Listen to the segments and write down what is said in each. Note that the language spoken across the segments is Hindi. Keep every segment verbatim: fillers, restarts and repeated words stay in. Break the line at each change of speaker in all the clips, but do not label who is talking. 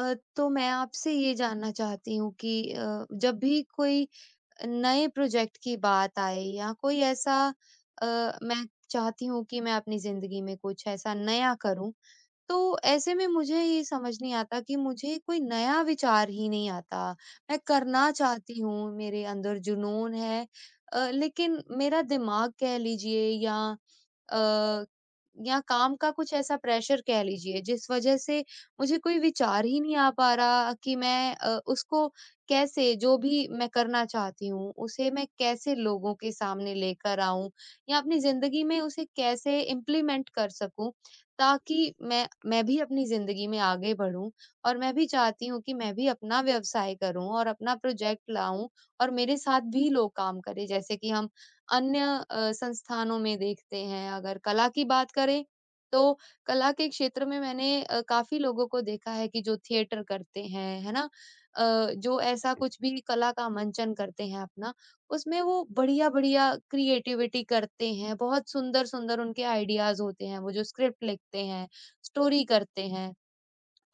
अ, तो मैं आपसे ये जानना चाहती हूँ कि अ, जब भी कोई नए प्रोजेक्ट की बात आए या कोई ऐसा अ, मैं चाहती हूँ कि मैं अपनी जिंदगी में कुछ ऐसा नया करूँ तो ऐसे में मुझे ये समझ नहीं आता कि मुझे कोई नया विचार ही नहीं आता। मैं करना चाहती हूँ, मेरे अंदर जुनून है अ, लेकिन मेरा दिमाग कह लीजिए या अ, या काम का कुछ ऐसा प्रेशर कह लीजिए जिस वजह से मुझे कोई विचार ही नहीं आ पा रहा कि मैं अ, उसको कैसे जो भी मैं करना चाहती हूँ, उसे मैं कैसे लोगों के सामने लेकर आऊँ या अपनी ज़िंदगी में उसे कैसे इम्प्लीमेंट कर सकूँ। ताकि मैं मैं भी अपनी ज़िंदगी में आगे बढ़ूँ और मैं भी चाहती हूँ कि मैं भी अपना व्यवसाय करूँ और अपना प्रोजेक्ट लाऊँ और मेरे साथ भी लोग काम करें। जैसे कि हम अन्य अ, संस्थानों में देखते हैं अगर कला की बात करें, तो कला के क्षेत्र में मैंने अ, काफ़ी लोगों को देखा है कि जो थिएटर करते हैं, है ना? अ, जो ऐसा कुछ भी कला का मंचन करते हैं अपना, उसमें वो बढ़िया-बढ़िया क्रिएटिविटी करते हैं, बहुत सुंदर-सुंदर उनके आइडियाज़ होते हैं, वो जो स्क्रिप्ट लिखते हैं, स्टोरी करते हैं।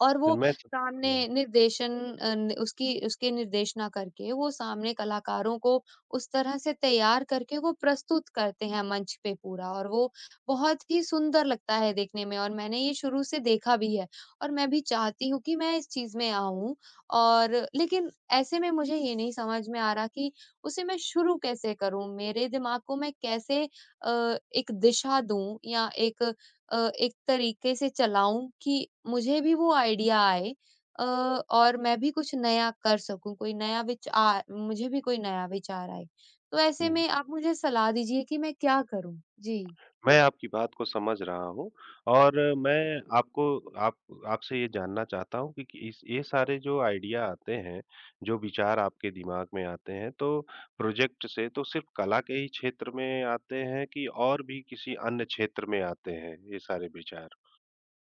और वो
मैं स
सामने
हुँ,
निर्देशन अ, न उसकी उसके निर्देशना करके वो सामने कलाकारों को उस तरह से तैयार करके वो प्रस्तुत करते हैं मंच पे पूरा और वो बहुत ही सुंदर लगता है देखने में और मैंने ये शुरू से देखा भी है और मैं भी चाहती हूँ कि मैं इस चीज़ में आऊँ और लेकिन ऐसे में मुझे ये नहीं समझ में आ रहा कि उसे मैं शुरू कैसे करूँ? मेरे दिमाग को मैं कैसे अ, एक दिशा दूँ या एक अ, एक तरीके से चलाऊँ कि मुझे भी वो आइडिया आए अ, और मैं भी कुछ नया कर सकूँ, कोई नया विचार मुझे भी कोई नया विचार आए। तो ऐसे
हुँ।
में आप मुझे सलाह दीजिए कि मैं क्या करूँ? जी।
मैं आपकी बात को समझ रहा हूँ और मैं आपको आप आपसे ये जानना चाहता हूँ कि कि इस ये सारे जो आइडिया आते हैं, जो विचार आपके दिमाग में आते हैं, तो प्रोजेक्ट से तो सिर्फ़ कला के ही क्षेत्र में आते हैं, कि और भी किसी अन्य क्षेत्र में आते हैं ये सारे विचार?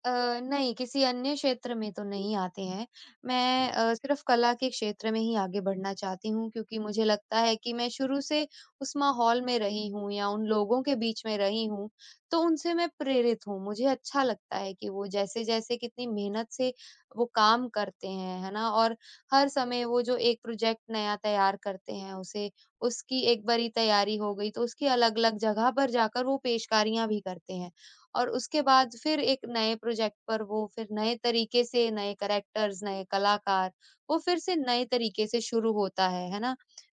अ, नहीं, किसी अन्य क्षेत्र में तो नहीं आते हैं। मैं अ, सिर्फ़ कला के क्षेत्र में ही आगे बढ़ना चाहती हूँ क्योंकि मुझे लगता है कि मैं शुरू से उस माहौल में रही हूँ या उन लोगों के बीच में रही हूँ, तो उनसे मैं प्रेरित हूँ। मुझे अच्छा लगता है कि वो जैसे-जैसे कितनी मेहनत से वो काम करते हैं, है ना? और हर समय वो जो एक प्रोजेक्ट नया तैयार करते हैं उसे उसकी एक बारी तैयारी हो गई तो उसकी अलग-अलग जगह पर जाकर वो पेशकारियाँ भी करते हैं। और उसके बाद फिर एक नए प्रोजेक्ट पर वो फिर नए तरीके से, नए कैरेक्टर्स, नए कलाकार, वो फिर से नए तरीके से शुरू होता है, है ना?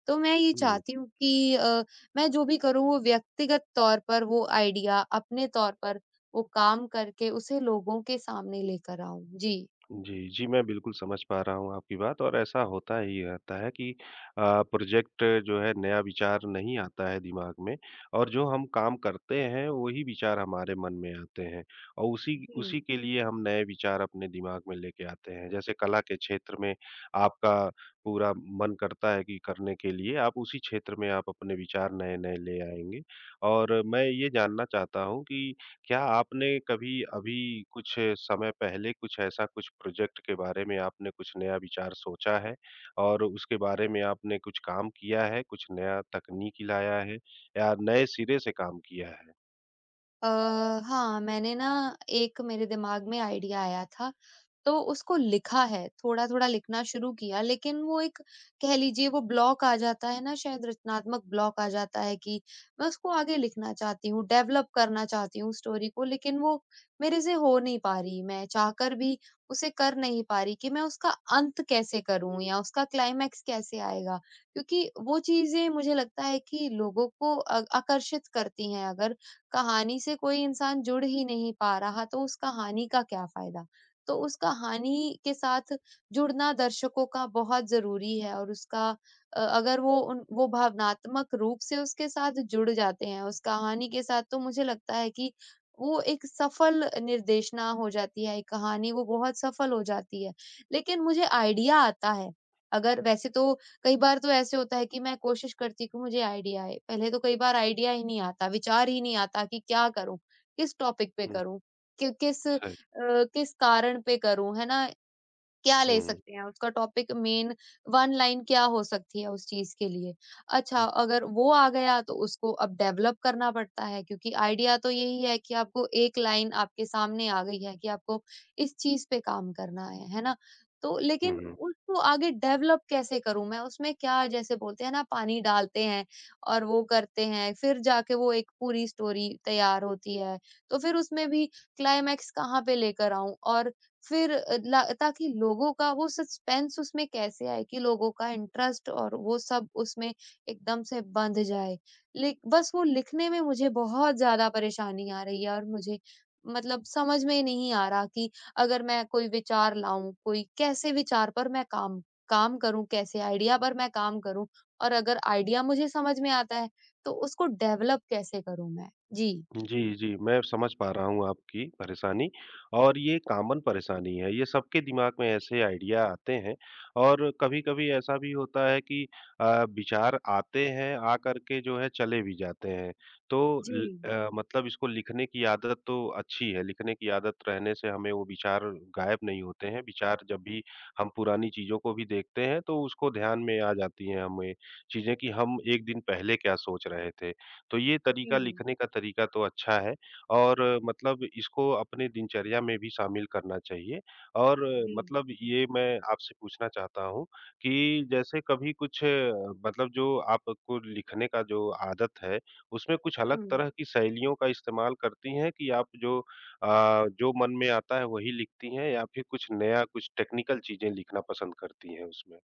तो मैं ये
हुँ।
चाहती हूँ कि अ, मैं जो भी करूँ वो व्यक्तिगत तौर पर वो आइडिया अपने तौर पर वो काम करके उसे लोगों के सामने लेकर आऊँ। जी।
जी, जी, मैं बिल्कुल समझ पा रहा हूँ आपकी बात, और ऐसा होता ही रहता है कि अ, प्रोजेक्ट जो है, नया विचार नहीं आता है दिमाग में, और जो हम काम करते हैं वही विचार हमारे मन में आते हैं, और उसी
जी।
उसी के लिए हम नए विचार अपने दिमाग में लेके आते हैं। जैसे कला के क्षेत्र में आपका पूरा मन करता है कि करने के लिए आप उसी क्षेत्र में आप अपने विचार नए-नए ले आएँगे, और मैं ये जानना चाहता हूँ कि क्या आपने कभी अभी कुछ समय पहले कुछ ऐसा कुछ प्रोजेक्ट के बारे में आपने कुछ नया विचार सोचा है, और उसके बारे में आपने कुछ काम किया है, कुछ नया तकनीक लाया है या नए सिरे से काम किया है?
अ, हाँ, मैंने ना एक मेरे दिमाग में आइडिया आया था, तो उसको लिखा है, थोड़ा-थोड़ा लिखना शुरू किया, लेकिन वो एक कह लीजिए वो ब्लॉक आ जाता है ना शायद रचनात्मक ब्लॉक आ जाता है कि मैं उसको आगे लिखना चाहती हूँ, डेवलप करना चाहती हूँ स्टोरी को, लेकिन वो मेरे से हो नहीं पा रही। मैं चाहकर भी उसे कर नहीं पा रही कि मैं उसका अंत कैसे करूँ या उसका क्लाइमैक्स कैसे आएगा? क्योंकि वो चीज़ें मुझे लगता है कि लोगों को अ, आकर्षित करती हैं अगर कहानी से कोई इंसान जुड़ ही नहीं पा रहा, तो उस कहानी का क्या फ़ायदा? तो उस कहानी के साथ जुड़ना दर्शकों का बहुत ज़रूरी है और उसका अ, अगर वो उन वो भावनात्मक रूप से उसके साथ जुड़ जाते हैं, उस कहानी के साथ, तो मुझे लगता है कि वो एक सफल निर्देशना हो जाती है, एक कहानी वो बहुत सफल हो जाती है। लेकिन मुझे आइडिया आता है, अगर वैसे तो कई बार तो ऐसे होता है कि मैं कोशिश करती हूँ कि मुझे आइडिया आए, पहले तो कई बार आइडिया ही नहीं आता, विचार ही नहीं आता कि क्या करूँ? किस टॉपिक पे
हुँ,
करूँ? कि किस अ,
सही,
किस कारण पे करूँ, है ना? क्या ले
हुँ,
सकते हैं, उसका टॉपिक मेन एक लाइन क्या हो सकती है उस चीज़ के लिए। अच्छा,
हुँ,
अगर वो आ गया तो उसको अब डेवलप करना पड़ता है क्योंकि आइडिया तो यही है कि आपको एक लाइन आपके सामने आ गई है कि आपको इस चीज़ पे काम करना है, है ना? तो
हुँ,
लेकिन
हुँ।
उसको आगे डेवलप कैसे करूँ मैं? उसमें क्या जैसे बोलते हैं ना पानी डालते हैं और वो करते हैं, फिर जाके वो एक पूरी स्टोरी तैयार होती है। तो फिर उसमें भी क्लाइमैक्स कहाँ पे लेकर आऊँ और फिर अ, ला ताकि लोगों का वो सस्पेंस उसमें कैसे आए कि लोगों का इंटरेस्ट और वो सब उसमें एकदम से बंध जाए। लिक बस वो लिखने में मुझे बहुत ज़्यादा परेशानी आ रही है और मुझे मतलब समझ में नहीं आ रहा कि अगर मैं कोई विचार लाऊँ, कोई कैसे विचार पर मैं काम काम करूँ, कैसे आइडिया पर मैं काम करूँ और अगर आइडिया मुझे समझ में आता है, तो उसको डेवलप कैसे करूँ मैं? जी।
जी, जी, मैं समझ पा रहा हूँ आपकी परेशानी, और ये कॉमन परेशानी है, ये सबके दिमाग में ऐसे आइडिया आते हैं, और कभी-कभी ऐसा भी होता है कि अ, विचार आते हैं, आ कर के जो है चले भी जाते हैं। तो ल
जी,
अ, मतलब इसको लिखने की आदत तो अच्छी है, लिखने की आदत रहने से हमें वो विचार गायब नहीं होते हैं, विचार जब भी हम पुरानी चीज़ों को भी देखते हैं, तो उसको ध्यान में आ जाती हैं हमें चीज़ें, कि हम एक दिन पहले क्या सोच रहे थे। तो ये तरीका,
जी,
लिखने का तरीका तो अच्छा है, और मतलब इसको अपने दिनचर्या में भी शामिल करना चाहिए, और
जी।
मतलब ये मैं आपसे पूछना चाहता हूँ कि जैसे कभी कुछ अ, मतलब जो आपको लिखने का जो आदत है, उसमें कुछ अलग
हुँ।
तरह की शैलियों का इस्तेमाल करती हैं, कि आप जो अ, जो मन में आता है वही लिखती हैं, या फिर कुछ नया, कुछ टेक्निकल चीज़ें लिखना पसंद करती हैं उसमें?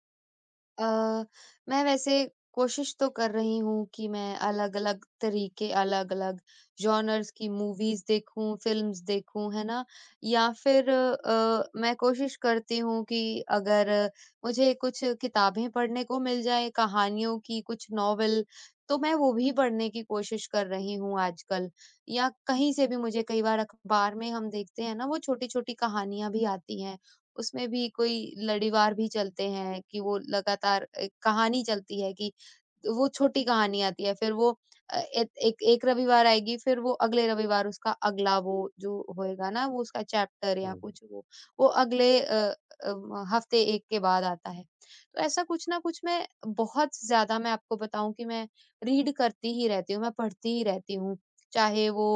अ, मैं वैसे कोशिश तो कर रही हूँ कि मैं अलग-अलग तरीके, अलग-अलग जॉनर्स की मूवीज़ देखूँ, फ़िल्म्स देखूँ, है ना? या फिर अ, मैं कोशिश करती हूँ कि अगर मुझे कुछ किताबें पढ़ने को मिल जाएँ, कहानियों की, कुछ नॉवल, तो मैं वो भी पढ़ने की कोशिश कर रही हूँ आजकल। या कहीं से भी मुझे कई बार अखबार में हम देखते हैं ना, वो छोटी-छोटी कहानियाँ भी आती हैं। उसमें भी कोई लड़ीवार भी चलते हैं कि वो लगातार एक कहानी चलती है कि वो छोटी कहानी आती है फिर वो अ, ए, एक एक रविवार आएगी फिर वो अगले रविवार उसका अगला वो जो होएगा ना वो उसका चैप्टर या
हुँ।
कुछ वो वो अगले अ, अम, हफ्ते एक के बाद आता है तो ऐसा कुछ ना कुछ मैं बहुत ज्यादा मैं आपको बताऊं कि मैं रीड करती ही रहती हूँ मैं पढ़ती ही रहती हूँ चाहे वो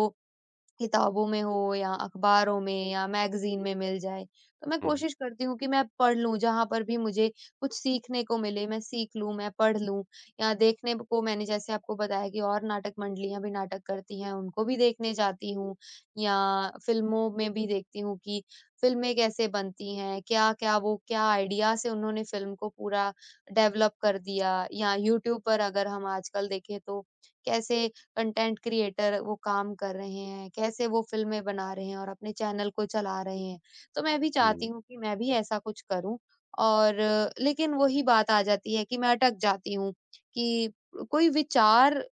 किताबों में हो या अखबारों में या मैगज़ीन में मिल जाए। तो मैं
हुँ,
कोशिश करती हूँ कि मैं पढ़ लूँ, जहाँ पर भी मुझे कुछ सीखने को मिले, मैं सीख लूँ, मैं पढ़ लूँ या देखने ब को मैंने जैसे आपको बताया कि और नाटक मंडलियाँ भी नाटक करती हैं, उनको भी देखने जाती हूँ या फ़िल्मों में भी देखती हूँ कि फ़िल्में कैसे बनती हैं, क्या-क्या वो क्या आइडिया से उन्होंने फ़िल्म को पूरा डेवलप कर दिया या यूट्यूब पर अगर हम आजकल देखें तो कैसे कंटेंट क्रिएटर वो काम कर रहे हैं, कैसे वो फ़िल्में बना रहे हैं और अपने चैनल को चला रहे हैं। तो मैं भी
हुँ,
चाहती हूँ कि मैं भी ऐसा कुछ करूँ और लेकिन वही बात आ जाती है कि मैं अटक जाती हूँ कि कोई विचार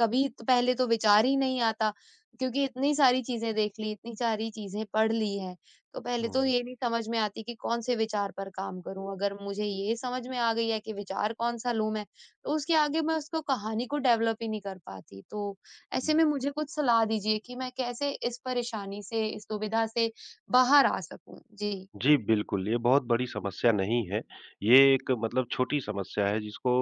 कभी तो पहले तो विचार ही नहीं आता क्योंकि इतनी सारी चीज़ें देख ली, इतनी सारी चीज़ें पढ़ ली हैं, तो पहले तो
हुँ,
ये नहीं समझ में आती कि कौन से विचार पर काम करूँ। अगर मुझे ये समझ में आ गई है कि विचार कौन-सा लूँ मैं, तो उसके आगे मैं उसको कहानी को डेवलप ही नहीं कर पाती। तो ऐसे
हुँ।
में मुझे कुछ सलाह दीजिए कि मैं कैसे इस परेशानी से, इस दुविधा से बाहर आ सकूँ? जी।
जी, बिल्कुल, ये बहुत बड़ी समस्या नहीं है। ये एक मतलब छोटी समस्या है, जिसको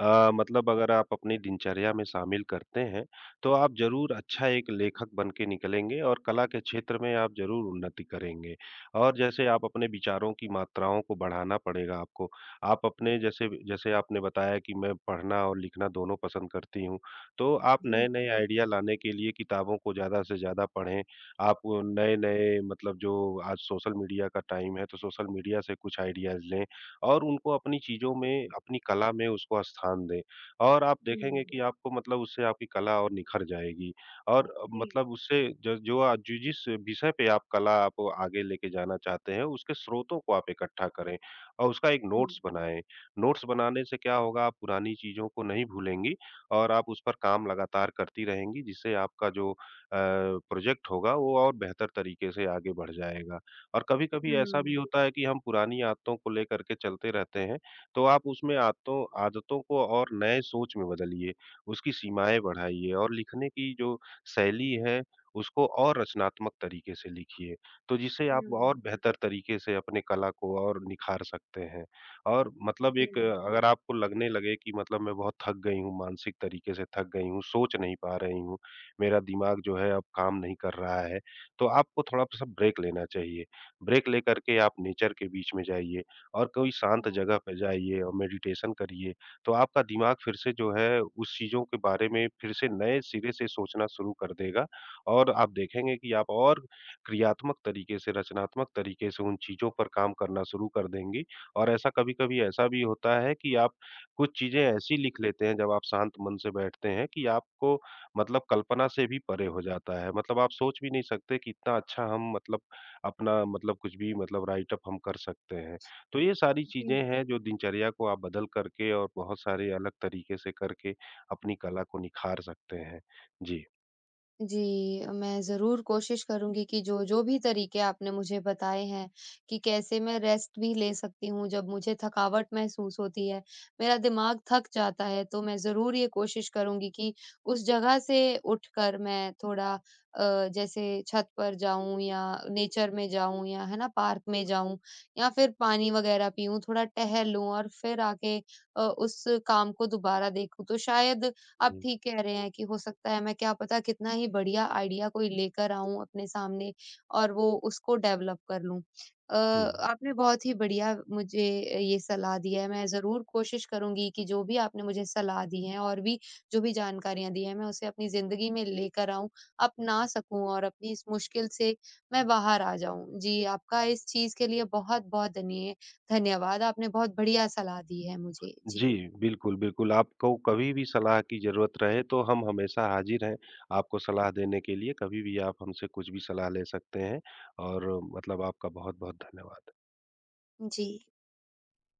अ, मतलब अगर आप अपनी दिनचर्या में शामिल करते हैं, तो आप ज़रूर अच्छा एक लेखक बन के निकलेंगे और कला के क्षेत्र में आप ज़रूर उन्नति करेंगे। और जैसे आप अपने विचारों की मात्राओं को बढ़ाना पड़ेगा आपको। आप अपने जैसे, जैसे आपने बताया कि मैं पढ़ना और लिखना दोनों पसंद करती हूँ, तो आप
जी,
नए-नए आइडिया लाने के लिए किताबों को ज़्यादा से ज़्यादा पढ़ें। आप नए-नए मतलब, जो आज सोशल मीडिया का टाइम है, तो सोशल मीडिया से कुछ आइडियाज़ लें और उनको अपनी चीज़ों में, अपनी कला में उसको स्थान दें, और आप देखेंगे
हुँ,
कि आपको मतलब उससे आपकी कला और निखर जाएगी, और अ,
जी,
मतलब उससे ज जो आज जि जिस विषय पे आप कला आप आगे लेके जाना चाहते हैं, उसके स्रोतों को आप इकट्ठा करें और उसका एक
जी।
नोट्स बनाएँ। नोट्स बनाने से क्या होगा, आप पुरानी चीज़ों को नहीं भूलेंगी और आप उस पर काम लगातार करती रहेंगी, जिससे आपका जो प्रोजेक्ट होगा वो और बेहतर तरीके से आगे बढ़ जाएगा। और कभी-कभी ऐसा भी
हुँ,
होता है कि हम पुरानी आदतों को लेकर के चलते रहते हैं, तो आप उसमें आदतों आदतों को और नए सोच में बदलिए, उसकी सीमाएँ बढ़ाइए और लिखने की जो शैली है, उसको और रचनात्मक तरीके से लिखिए। तो जिससे आप
हुँ,
और बेहतर तरीके से अपने कला को और निखार सकते हैं। और मतलब
जी,
एक अ, अगर आपको लगने लगे कि मतलब मैं बहुत थक गई हूँ, मानसिक तरीके से थक गई हूँ, सोच नहीं पा रही हूँ, मेरा दिमाग जो है अब काम नहीं कर रहा है। तो आपको थोड़ा-सा ब्रेक लेना चाहिए। ब्रेक लेकर के आप नेचर के बीच में जाइए और कोई शांत
हाँ,
जगह पे जाइए और मेडिटेशन करिए। तो आपका दिमाग फिर से जो है उस चीज़ों के बारे में फिर से नए सिरे से सोचना शुरू कर देगा, और आप देखेंगे कि आप और क्रियात्मक तरीके से, रचनात्मक तरीके से उन चीज़ों पर काम करना शुरू कर देंगी, और ऐसा कभी-कभी ऐसा भी होता है कि आप कुछ चीज़ें ऐसी लिख लेते हैं जब आप शांत मन से बैठते हैं, कि आपको मतलब कल्पना से भी परे हो जाता है। मतलब आप सोच भी नहीं सकते कि इतना अच्छा हम मतलब अपना मतलब कुछ भी मतलब राइट अप हम कर सकते हैं। तो ये सारी
जी।
चीज़ें हैं, जो दिनचर्या को आप बदल करके और बहुत सारे अलग तरीके से करके अपनी कला को निखार सकते हैं। जी।
जी, मैं ज़रूर कोशिश करूँगी कि जो-जो भी तरीके आपने मुझे बताए हैं, कि कैसे मैं रेस्ट भी ले सकती हूँ जब मुझे थकावट महसूस होती है, मेरा दिमाग थक जाता है, तो मैं ज़रूर ये कोशिश करूँगी कि उस जगह से उठकर मैं थोड़ा अ, जैसे छत पर जाऊँ या नेचर में जाऊँ या है ना, पार्क में जाऊँ या फिर पानी वग़ैरह पीऊँ, थोड़ा टहल लूँ और फिर आके अ, उस काम को दोबारा देखूँ, तो शायद आप
हुँ,
ठीक कह रहे हैं कि हो सकता है मैं क्या पता कितना ही बढ़िया आइडिया कोई लेकर आऊँ अपने सामने और वो उसको डेवलप कर लूँ। अ,
हुँ।
आपने बहुत ही बढ़िया मुझे ये सलाह दी है, मैं ज़रूर कोशिश करूँगी कि जो भी आपने मुझे सलाह दी है और भी जो भी जानकारियाँ दी हैं, मैं उसे अपनी ज़िंदगी में लेकर आऊँ, अपना सकूँ और अपनी इस मुश्किल से मैं बाहर आ जाऊँ। जी, आपका इस चीज़ के लिए बहुत-बहुत धन्य धन्यवाद, आपने बहुत बढ़िया सलाह दी है मुझे।
जी,
जी,
बिल्कुल, बिल्कुल। आपको कभी भी सलाह की ज़रूरत रहे, तो हम हमेशा हाज़िर हैं, आपको सलाह देने के लिए। कभी भी आप हमसे कुछ भी सलाह ले सकते हैं और मतलब आपका बहुत-बहुत धन्यवाद।
जी।